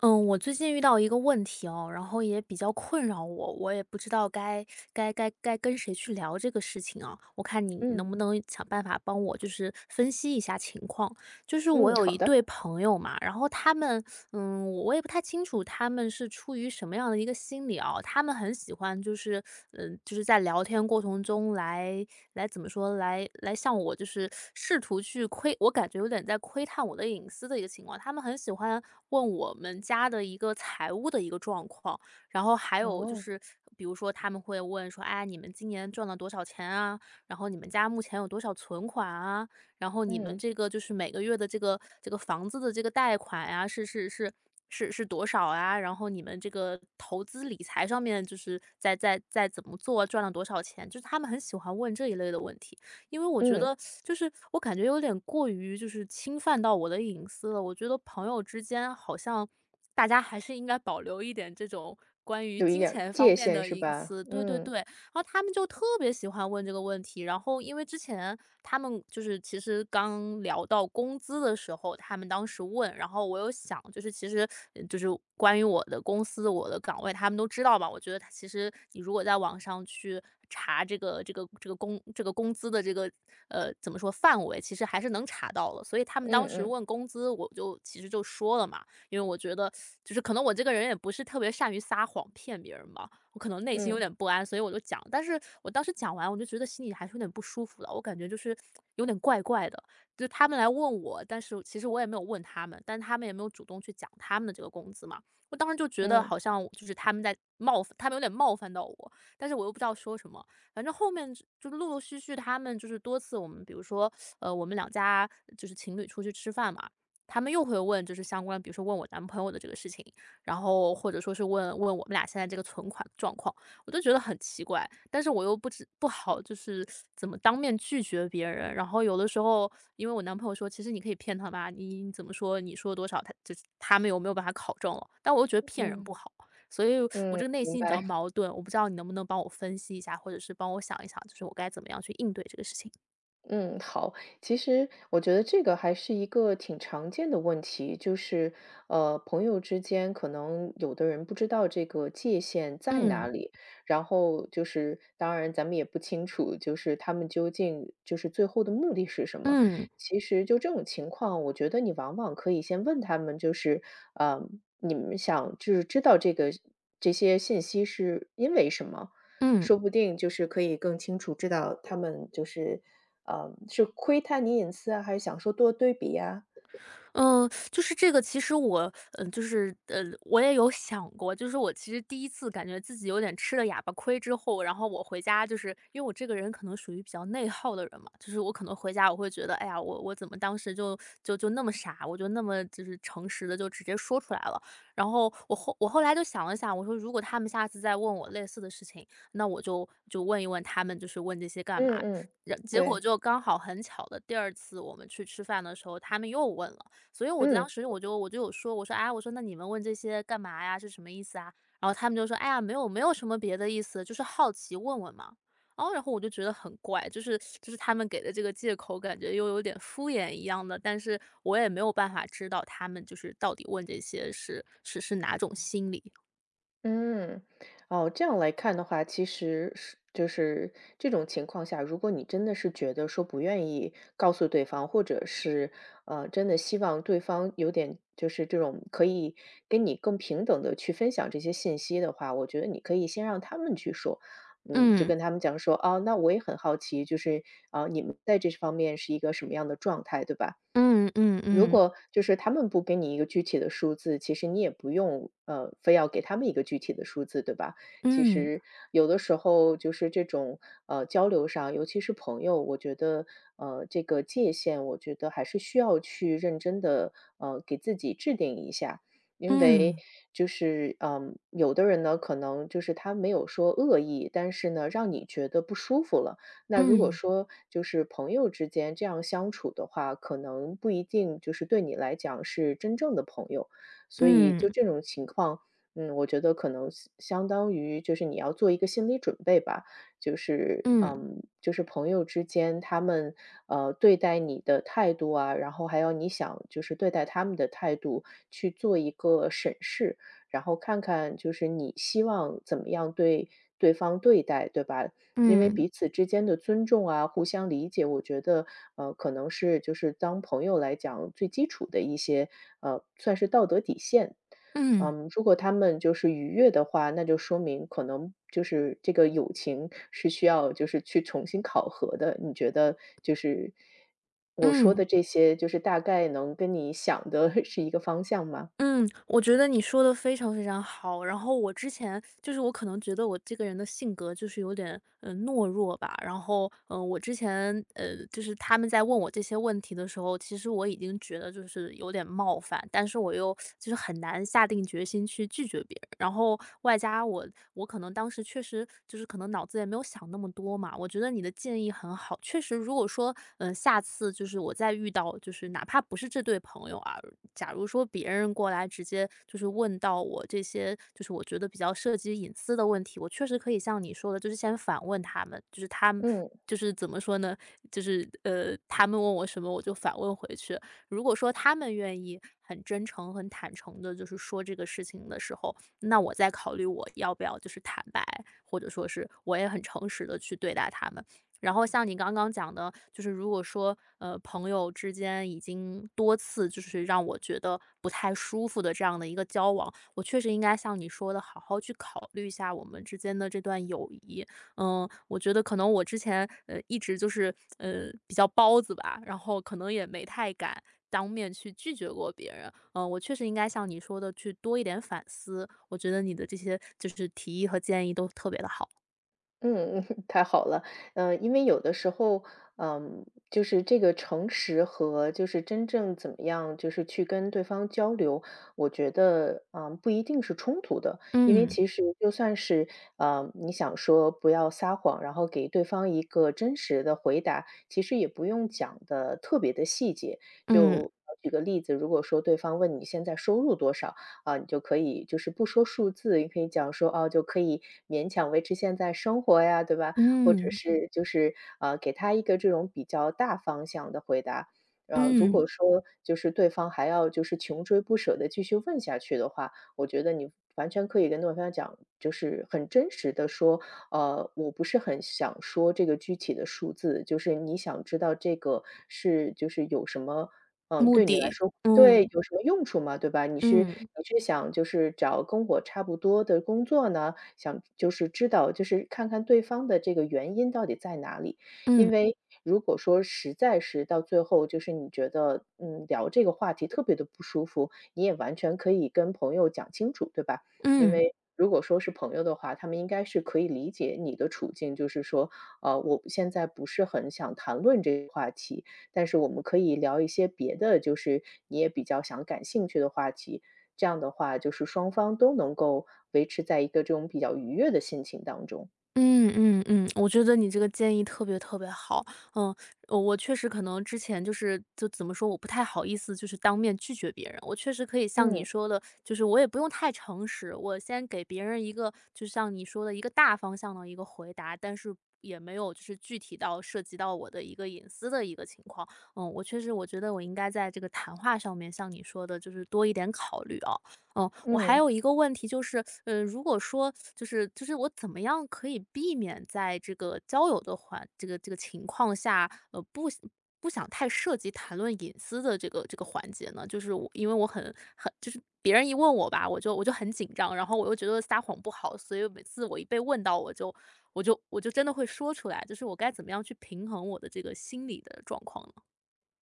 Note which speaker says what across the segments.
Speaker 1: 嗯，我最近遇到一个问题哦，然后也比较困扰我，我也不知道该跟谁去聊这个事情啊。我看你
Speaker 2: 嗯
Speaker 1: 能不能想办法帮我，就是分析一下情况。就是我
Speaker 2: 嗯，
Speaker 1: 有
Speaker 2: 好
Speaker 1: 一
Speaker 2: 的。
Speaker 1: 对朋友嘛，然后他们，嗯，我也不太清楚他们是出于什么样的一个心理啊。他们很喜欢，就是就是在聊天过程中来怎么说，来向我就是试图去窥我感觉有点在窥探我的隐私的一个情况。他们很喜欢问我们家的一个财务的一个状况，然后还有就
Speaker 2: 哦，
Speaker 1: 是比如说他们会问说，哎，你们今年赚了多少钱啊？然后你们家目前有多少存款啊？然后你们
Speaker 2: 嗯
Speaker 1: 这个就是每个月的这个房子的这个贷款呀，是多少啊？然后你们这个投资理财上面就是在怎么做，赚了多少钱？就是他们很喜欢问这一类的问题，因为我觉
Speaker 2: 嗯，
Speaker 1: 得就是我感觉有点过于就是侵犯到我的隐私了。我觉得朋友之间好像大家还是应该保留一点这种关于
Speaker 2: 有一
Speaker 1: 金
Speaker 2: 点
Speaker 1: 钱方
Speaker 2: 界
Speaker 1: 面
Speaker 2: 限
Speaker 1: 的
Speaker 2: 是
Speaker 1: 隐
Speaker 2: 吧？
Speaker 1: 私。对对
Speaker 2: 嗯
Speaker 1: 对，然后他们就特别喜欢问这个问题，然后因为之前他们就是其实刚聊到工资的时候，他们当时问，然后我有想，就是其实呃就是关于我的公司、我的岗位，他们都知道吧？我觉得他其实你如果在网上去查这个这个这个工这个工资的这个怎么说范围，其实还是能查到了。所以他们
Speaker 2: 嗯
Speaker 1: 当时
Speaker 2: 嗯
Speaker 1: 问工资，我就其实就说了嘛，因为我觉得就是可能我这个人也不是特别善于撒谎骗别人吧，我可能内心有
Speaker 2: 嗯
Speaker 1: 点不安，所以我就讲。但是我当时讲完，我就觉得心里还是有点不舒服的，我感觉就是有点怪怪的。就他们来问我，但是其实我也没有问他们，但他们也没有主动去讲他们的这个工资嘛。我当时就觉得
Speaker 2: 嗯
Speaker 1: 好像就是他们在冒犯，他们有点冒犯到我，但是我又不知道说什么。反正后面就是陆陆续续，他们就是多次我们，比如说我们两家就是情侣出去吃饭嘛，他们又会问，就是相关，比如说问我男朋友的这个事情，然后或者说是问我们俩现在这个存款状况，我就觉得很奇怪，但是我又不知不好就是怎么当面拒绝别人，然后有的时候因为我男朋友说，其实你可以骗他吧，你怎么说你说多少，他就是他们有没有办法考证了，但我又觉得骗人
Speaker 2: 嗯
Speaker 1: 不好，所以我
Speaker 2: 嗯，
Speaker 1: 这个内
Speaker 2: 明
Speaker 1: 心比较
Speaker 2: 白。
Speaker 1: 矛盾，我不知道你能不能帮我分析一下，或者是帮我想一想，就是我该怎么样去应对这个事情。
Speaker 2: 嗯，好。其实我觉得这个还是一个挺常见的问题，就是朋友之间可能有的人不知道这个界限在哪
Speaker 1: 嗯
Speaker 2: 里，然后就是当然咱们也不清楚，就是他们究竟就是最后的目的是什么。
Speaker 1: 嗯
Speaker 2: 其实就这种情况，我觉得你往往可以先问他们，就是呃，你们想就是知道这个这些信息是因为什么？
Speaker 1: 嗯。
Speaker 2: 说不定就是可以更清楚知道他们就是，是窥探你隐私啊，还是想说多对比呀。
Speaker 1: 嗯，就是这个，其实我，嗯，就是，我也有想过，就是我其实第一次感觉自己有点吃了哑巴亏之后，然后我回家，就是因为我这个人可能属于比较内耗的人嘛，就是我可能回家我会觉得，哎呀，我怎么当时就那么傻，我就那么就是诚实的就直接说出来了。然后我后来就想了想，我说如果他们下次再问我类似的事情，那我就问一问他们，就是问这些干
Speaker 2: 嗯
Speaker 1: 嘛。
Speaker 2: 嗯，
Speaker 1: 然结果
Speaker 2: 对，
Speaker 1: 就刚好很巧的，第二次我们去吃饭的时候，他们又问了。所以我
Speaker 2: 嗯。
Speaker 1: 当时我就有说，我说：“哎，我说那你们问这些干嘛呀？是什么意思啊？”然后他们就说：“哎呀，没有什么别的意思，就是好奇问问嘛。”哦，然后我就觉得很怪，就是他们给的这个借口，感觉又有点敷衍一样的，但是我也没有办法知道他们就是到底问这些是哪种心理。
Speaker 2: 嗯，哦，这样来看的话，其实是就是这种情况下，如果你真的是觉得说不愿意告诉对方，或者是真的希望对方有点就是这种可以跟你更平等的去分享这些信息的话，我觉得你可以先让他们去说，嗯，就
Speaker 1: 嗯
Speaker 2: 跟他们讲说，哦，那我也很好奇，就是啊，你们在这方面是一个什么样的状态，对吧？
Speaker 1: 嗯嗯
Speaker 2: 如
Speaker 1: 嗯
Speaker 2: 果就是他们不给你一个具体的数字，其实你也不用非要给他们一个具体的数字，对吧？其
Speaker 1: 嗯
Speaker 2: 实有的时候就是这种交流上，尤其是朋友，我觉得这个界限，我觉得还是需要去认真的给自己制定一下。因为
Speaker 1: 嗯
Speaker 2: 就是嗯，有的人呢，可能就是他没有说恶意，但是呢，让你觉得不舒服了，那如果
Speaker 1: 嗯
Speaker 2: 说就是朋友之间这样相处的话，可能不一定就是对你来讲是真正的朋友，所以
Speaker 1: 嗯
Speaker 2: 就这种情况，嗯，我觉得可能相当于就是你要做一个心理准备吧，就是
Speaker 1: 嗯
Speaker 2: 嗯，就是朋友之间他们对待你的态度啊，然后还有你想就是对待他们的态度去做一个审视，然后看看就是你希望怎么样对方对待，对吧？因为
Speaker 1: 嗯嗯
Speaker 2: 彼此之间的尊重啊，互相理解，我觉得，可能是就是当朋友来讲最基础的一些，算是道德底线。
Speaker 1: 嗯
Speaker 2: 嗯，如果他们就是愉悦的话，那就说明可能就是这个友情是需要就是去重新考核的。你觉得就是我说
Speaker 1: 嗯。
Speaker 2: 的这些，就是大概能跟你想的 是一个方向吗？
Speaker 1: 嗯，我觉得你说的非常非常好。然后我之前就是我可能觉得我这个人的性格就是有点，呃，懦弱吧。然后，嗯，我之前，就是他们在问我这些问题的时候，其实我已经觉得就是有点冒犯，但是我又就是很难下定决心去拒绝别人。然后外加我可能当时确实就是可能脑子也没有想那么多嘛。我觉得你的建议很好，确实如果说，嗯，下次就是我再遇到，就是哪怕不是这对朋友啊，假如说别人过来直接就是问到我这些，就是我觉得比较涉及隐私的问题，我确实可以像你说的，就是先反问他们，就是他们
Speaker 2: 嗯。
Speaker 1: 就是怎么说呢？就是他们问我什么，我就反问回去。如果说他们愿意很真诚、很坦诚的，就是说这个事情的时候，那我再考虑我要不要就是坦白，或者说是我也很诚实的去对待他们。然后像你刚刚讲的，就是如果说，朋友之间已经多次就是让我觉得不太舒服的这样的一个交往，我确实应该像你说的，好好去考虑一下我们之间的这段友谊。嗯，我觉得可能我之前，一直就是，比较包子吧，然后可能也没太敢当面去拒绝过别人。嗯，我确实应该像你说的去多一点反思，我觉得你的这些就是提议和建议都特别的好。
Speaker 2: 嗯，太好了。因为有的时候，嗯，就是这个诚实和就是真正怎么样，就是去跟对方交流，我觉得，嗯，不一定是冲突的。因为
Speaker 1: 嗯，
Speaker 2: 其实就算是，你想说不要撒谎，然后给对方一个真实的回答，其实也不用讲的特别的细节。
Speaker 1: 嗯。
Speaker 2: 就举个例子，如果说对方问你现在收入多少，啊，你就可以就是不说数字，也可以讲说，哦，就可以勉强维持现在生活呀，对吧？或者
Speaker 1: 嗯。
Speaker 2: 是就是，给他一个这种比较大方向的回答。如
Speaker 1: 嗯，
Speaker 2: 果说就是对方还要就是穷追不舍的继续问下去的话，我觉得你完全可以跟对方讲，就是很真实的说，我不是很想说这个具体的数字，就是你想知道这个是就是有什么，嗯，
Speaker 1: 目
Speaker 2: 对你来
Speaker 1: 的，
Speaker 2: 说。
Speaker 1: 嗯，
Speaker 2: 对，有什么用处吗？对吧？你是
Speaker 1: 嗯，
Speaker 2: 你是想就是找跟我差不多的工作呢，想就是知道就是看看对方的这个原因到底在哪里。因
Speaker 1: 嗯，
Speaker 2: 为如果说实在是到最后，就是你觉得，嗯，聊这个话题特别的不舒服，你也完全可以跟朋友讲清楚，对吧？因
Speaker 1: 嗯，
Speaker 2: 为如果说是朋友的话，他们应该是可以理解你的处境，就是说，我现在不是很想谈论这个话题，但是我们可以聊一些别的，就是你也比较想感兴趣的话题。这样的话，就是双方都能够维持在一个这种比较愉悦的心情当中。
Speaker 1: 嗯，嗯，嗯，我觉得你这个建议特别特别好。嗯，我确实可能之前就是就怎么说，我不太好意思，就是当面拒绝别人。我确实可以像你
Speaker 2: 嗯
Speaker 1: 说的，就是我也不用太诚实，我先给别人一个，就像你说的一个大方向的一个回答，但是也没有就是具体到涉及到我的一个隐私的一个情况。嗯，我确实我觉得我应该在这个谈话上面像你说的，就是多一点考虑啊。哦，我还
Speaker 2: 嗯。
Speaker 1: 有一个问题就是，如果说就是我怎么样可以避免在这个交友的环这个情况下，不想太涉及谈论隐私的这个环节呢？就是我因为我很就是别人一问我吧，我就很紧张，然后我又觉得撒谎不好，所以每次我一被问到，我就真的会说出来，就是我该怎么样去平衡我的这个心理的状况呢？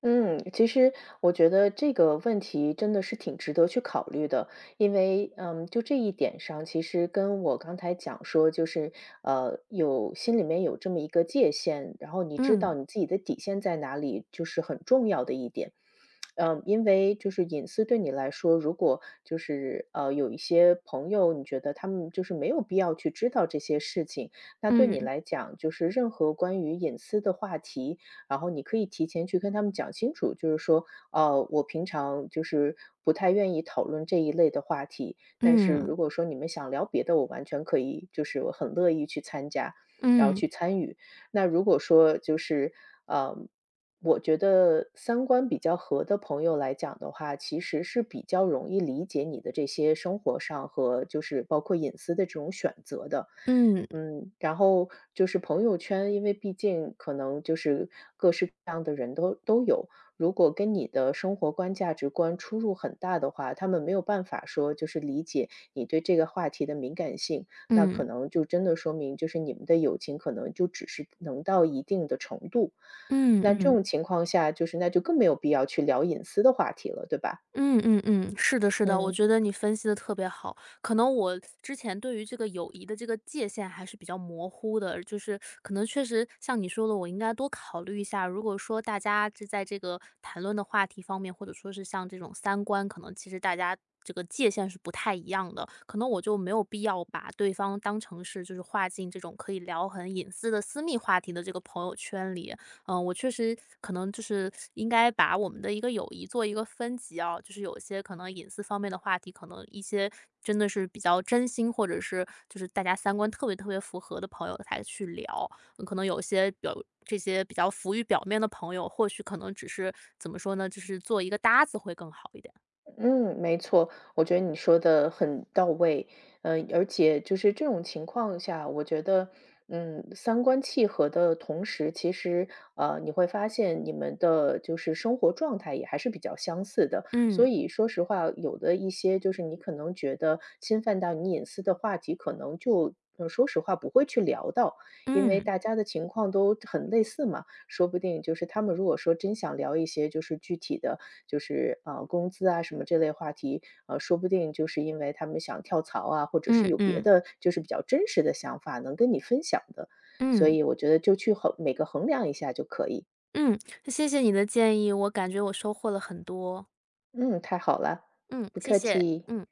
Speaker 2: 嗯，其实我觉得这个问题真的是挺值得去考虑的，因为，嗯，就这一点上，其实跟我刚才讲说，就是，有心里面有这么一个界限，然后你知
Speaker 1: 嗯
Speaker 2: 道你自己的底线在哪里，就是很重要的一点。嗯，因为就是隐私对你来说，如果就是有一些朋友，你觉得他们就是没有必要去知道这些事情，那对你
Speaker 1: 嗯
Speaker 2: 来讲，就是任何关于隐私的话题，然后你可以提前去跟他们讲清楚，就是说，我平常就是不太愿意讨论这一类的话题，但是
Speaker 1: 嗯
Speaker 2: 如果说你们想聊别的，我完全可以，就是我很乐意去参加，然后
Speaker 1: 嗯
Speaker 2: 去参与。那如果说就是，呃，我觉得三观比较合的朋友来讲的话，其实是比较容易理解你的这些生活上和就是包括隐私的这种选择的。
Speaker 1: 嗯嗯
Speaker 2: 嗯，然后就是朋友圈，因为毕竟可能就是各式各样的人都有，如果跟你的生活观、价值观出入很大的话，他们没有办法说就是理解你对这个话题的敏感性，那可能就真的说明就是你们的友情可能就只是能到一定的程度。
Speaker 1: 嗯嗯
Speaker 2: 那这
Speaker 1: 嗯。
Speaker 2: 种情况下，就是那就更没有必要去聊隐私的话题了，对吧？
Speaker 1: 嗯嗯嗯，是的，是的，我
Speaker 2: 嗯。
Speaker 1: 觉得你分析的特别好。可能我之前对于这个友谊的这个界限还是比较模糊的，就是可能确实像你说的，我应该多考虑一下。如果说大家是在这个谈论的话题方面，或者说是像这种三观，可能其实大家这个界限是不太一样的，可能我就没有必要把对方当成是就是划进这种可以聊很隐私的私密话题的这个朋友圈里。嗯，我确实可能就是应该把我们的一个友谊做一个分级啊，就是有一些可能隐私方面的话题，可能一些真的是比较真心，或者是就是大家三观特别特别符合的朋友才去聊，嗯可能有些表这些比较浮于表面的朋友，或许可能只是怎么说呢，就是做一个搭子会更好一点。
Speaker 2: 嗯，没错，我觉得你说的很到位，而且就是这种情况下，我觉得，嗯，三观契合的同时，其实，你会发现你们的就是生活状态也还是比较相似的。所
Speaker 1: 嗯
Speaker 2: 以说实话，有的一些就是你可能觉得侵犯到你隐私的话题，可能就，说实话不会去聊到，因为
Speaker 1: 嗯
Speaker 2: 大家的情况都很类似嘛。说不定就是他们如果说真想聊一些就是具体的，就是工资啊什么这类话题，说不定就是因为他们想跳槽啊，或者是
Speaker 1: 嗯
Speaker 2: 有别
Speaker 1: 嗯
Speaker 2: 的就是比较真实的想法能跟你分享的，所
Speaker 1: 嗯
Speaker 2: 以我觉得就去衡每个衡量一下就可以。
Speaker 1: 嗯，谢谢你的建议，我感觉我收获了很多。
Speaker 2: 嗯，太好了，
Speaker 1: 嗯，
Speaker 2: 不
Speaker 1: 谢
Speaker 2: 客
Speaker 1: 谢。
Speaker 2: 气。
Speaker 1: 嗯。